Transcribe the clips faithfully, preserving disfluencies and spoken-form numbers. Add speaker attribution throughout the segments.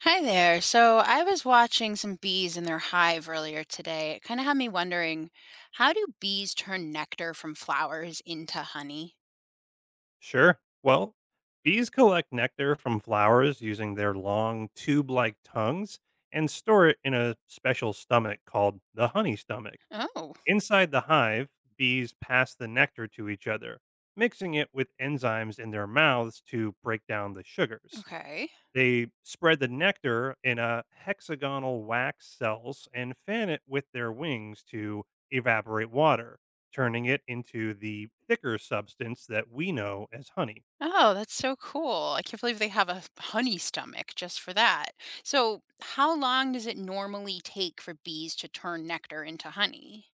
Speaker 1: Hi there. So I was watching some bees in their hive earlier today. It kind of had me wondering, how do bees turn nectar from flowers into honey?
Speaker 2: Sure. Well, bees collect nectar from flowers using their long tube like tongues and store it in a special stomach called the honey stomach.
Speaker 1: Oh,
Speaker 2: Inside the hive, bees pass the nectar to each other, mixing it with enzymes in their mouths to break down the sugars.
Speaker 1: okay.
Speaker 2: They spread the nectar in a hexagonal wax cells and fan it with their wings to evaporate water, turning it into the thicker substance that we know as honey.
Speaker 1: Oh, that's so cool. I can't believe they have a honey stomach just for that. So, how long does it normally take for bees to turn nectar into honey?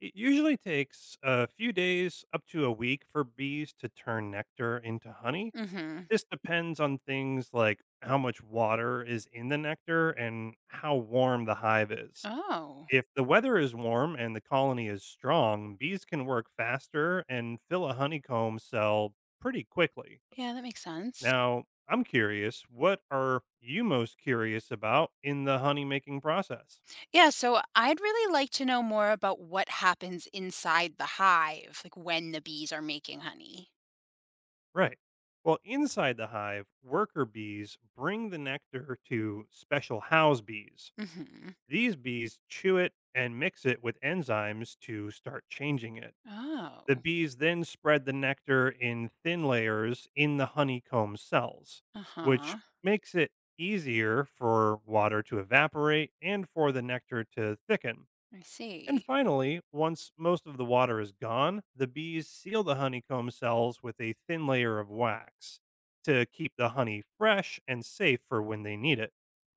Speaker 2: It usually takes a few days up to a week for bees to turn nectar into honey.
Speaker 1: Mm-hmm.
Speaker 2: This depends on things like how much water is in the nectar and how warm the hive is.
Speaker 1: Oh,
Speaker 2: If the weather is warm and the colony is strong, bees can work faster and fill a honeycomb cell pretty quickly.
Speaker 1: yeah, that makes sense.
Speaker 2: Now, I'm curious, what are you most curious about in the honey making process?
Speaker 1: Yeah, so I'd really like to know more about what happens inside the hive, like when the bees are making honey.
Speaker 2: Right. Well, inside the hive, worker bees bring the nectar to special house bees.
Speaker 1: Hmm.
Speaker 2: These bees chew it and mix it with enzymes to start changing it. The
Speaker 1: Oh,
Speaker 2: bees then spread the nectar in thin layers in the honeycomb cells, which
Speaker 1: uh-huh.
Speaker 2: makes it easier for water to evaporate and for the nectar to thicken.
Speaker 1: I
Speaker 2: And
Speaker 1: see.
Speaker 2: finally, once most of the water is gone, the bees seal the honeycomb cells with a thin layer of wax to keep the honey fresh and safe for when they need it.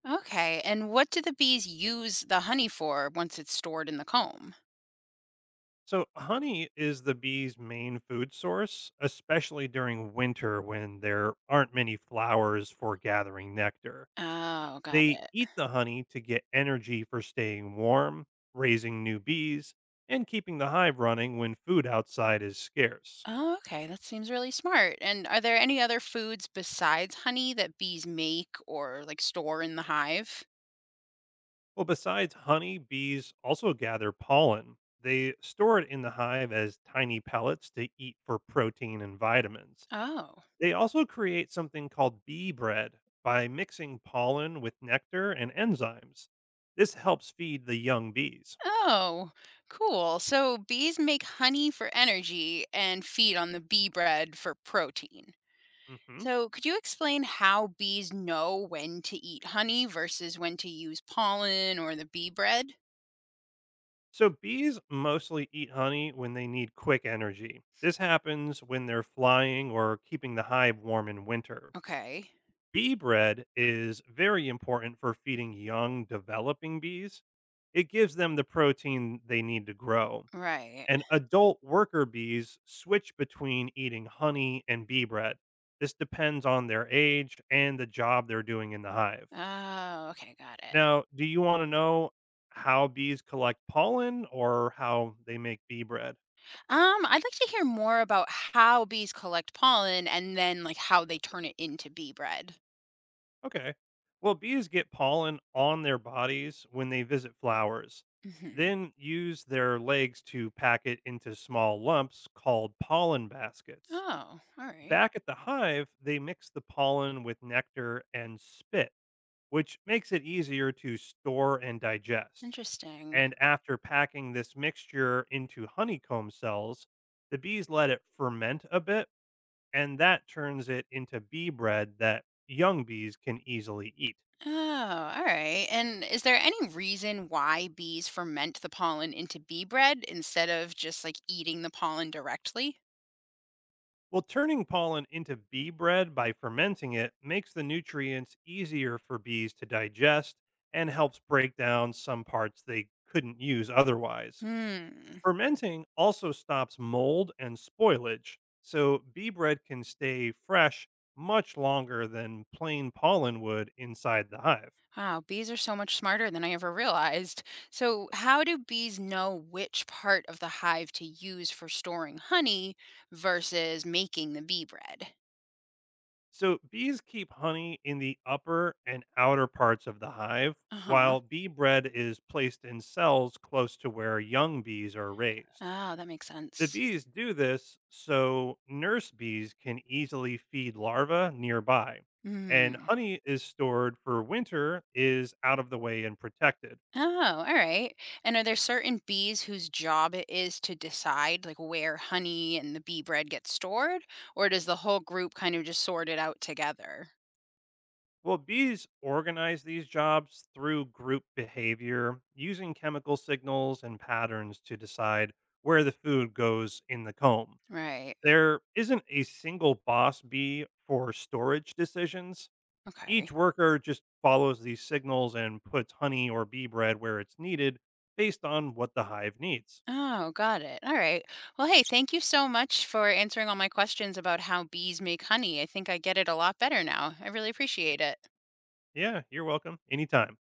Speaker 1: Okay, and what do the bees use the honey for once it's stored in the comb?
Speaker 2: So, honey is the bees' main food source, especially during winter when there aren't many flowers for gathering nectar.
Speaker 1: Oh, got
Speaker 2: They
Speaker 1: it.
Speaker 2: eat the honey to get energy for staying warm, raising new bees, and keeping the hive running when food outside is scarce.
Speaker 1: Oh, okay, that seems really smart. And are there any other foods besides honey that bees make or like store in the hive?
Speaker 2: Well, besides honey, bees also gather pollen. They store it in the hive as tiny pellets to eat for protein and vitamins.
Speaker 1: Oh.
Speaker 2: They also create something called bee bread by mixing pollen with nectar and enzymes. This helps feed the young bees.
Speaker 1: Oh, cool. So bees make honey for energy and feed on the bee bread for protein.
Speaker 2: Hmm.
Speaker 1: So, could you explain how bees know when to eat honey versus when to use pollen or the bee bread?
Speaker 2: So, bees mostly eat honey when they need quick energy. This happens when they're flying or keeping the hive warm in winter.
Speaker 1: Okay.
Speaker 2: Bee bread is very important for feeding young, developing bees. It gives them the protein they need to grow.
Speaker 1: Right.
Speaker 2: And adult worker bees switch between eating honey and bee bread. This depends on their age and the job they're doing in the hive.
Speaker 1: Oh, okay, got it.
Speaker 2: Now, do you want to know how bees collect pollen or how they make bee bread?
Speaker 1: Um, I'd like to hear more about how bees collect pollen and then like how they turn it into bee bread.
Speaker 2: Okay. Well, bees get pollen on their bodies when they visit flowers,
Speaker 1: Mhm.
Speaker 2: then use their legs to pack it into small lumps called pollen baskets.
Speaker 1: Oh, all right.
Speaker 2: Back at the hive, they mix the pollen with nectar and spit, which makes it easier to store and digest.
Speaker 1: Interesting.
Speaker 2: And after packing this mixture into honeycomb cells, the bees let it ferment a bit, and that turns it into bee bread that young bees can easily eat.
Speaker 1: Oh, all right. And is there any reason why bees ferment the pollen into bee bread instead of just like eating the pollen directly?
Speaker 2: Well, turning pollen into bee bread by fermenting it makes the nutrients easier for bees to digest and helps break down some parts they couldn't use otherwise.
Speaker 1: Hmm.
Speaker 2: Fermenting also stops mold and spoilage, so bee bread can stay fresh much longer than plain pollen would inside the hive.
Speaker 1: Wow, bees are so much smarter than I ever realized. So, how do bees know which part of the hive to use for storing honey versus making the bee bread?
Speaker 2: So, bees keep honey in the upper and outer parts of the hive,
Speaker 1: Uh huh.
Speaker 2: while bee bread is placed in cells close to where young bees are raised.
Speaker 1: Oh, that makes
Speaker 2: The
Speaker 1: sense.
Speaker 2: bees do this so nurse bees can easily feed larvae nearby, and
Speaker 1: Hmm.
Speaker 2: honey is stored for winter, is out of the way and protected.
Speaker 1: Oh, all right. And are there certain bees whose job it is to decide like where honey and the bee bread gets stored, or does the whole group kind of just sort it out together?
Speaker 2: Well, bees organize these jobs through group behavior, using chemical signals and patterns to decide where the food goes in the comb.
Speaker 1: Right.
Speaker 2: There isn't a single boss bee for storage decisions. Each
Speaker 1: Okay.
Speaker 2: worker just follows these signals and puts honey or bee bread where it's needed based on what the hive needs.
Speaker 1: Oh, got it. All right. Well, hey, thank you so much for answering all my questions about how bees make honey. I think I get it a lot better now. I really appreciate it.
Speaker 2: Yeah, you're welcome. Anytime.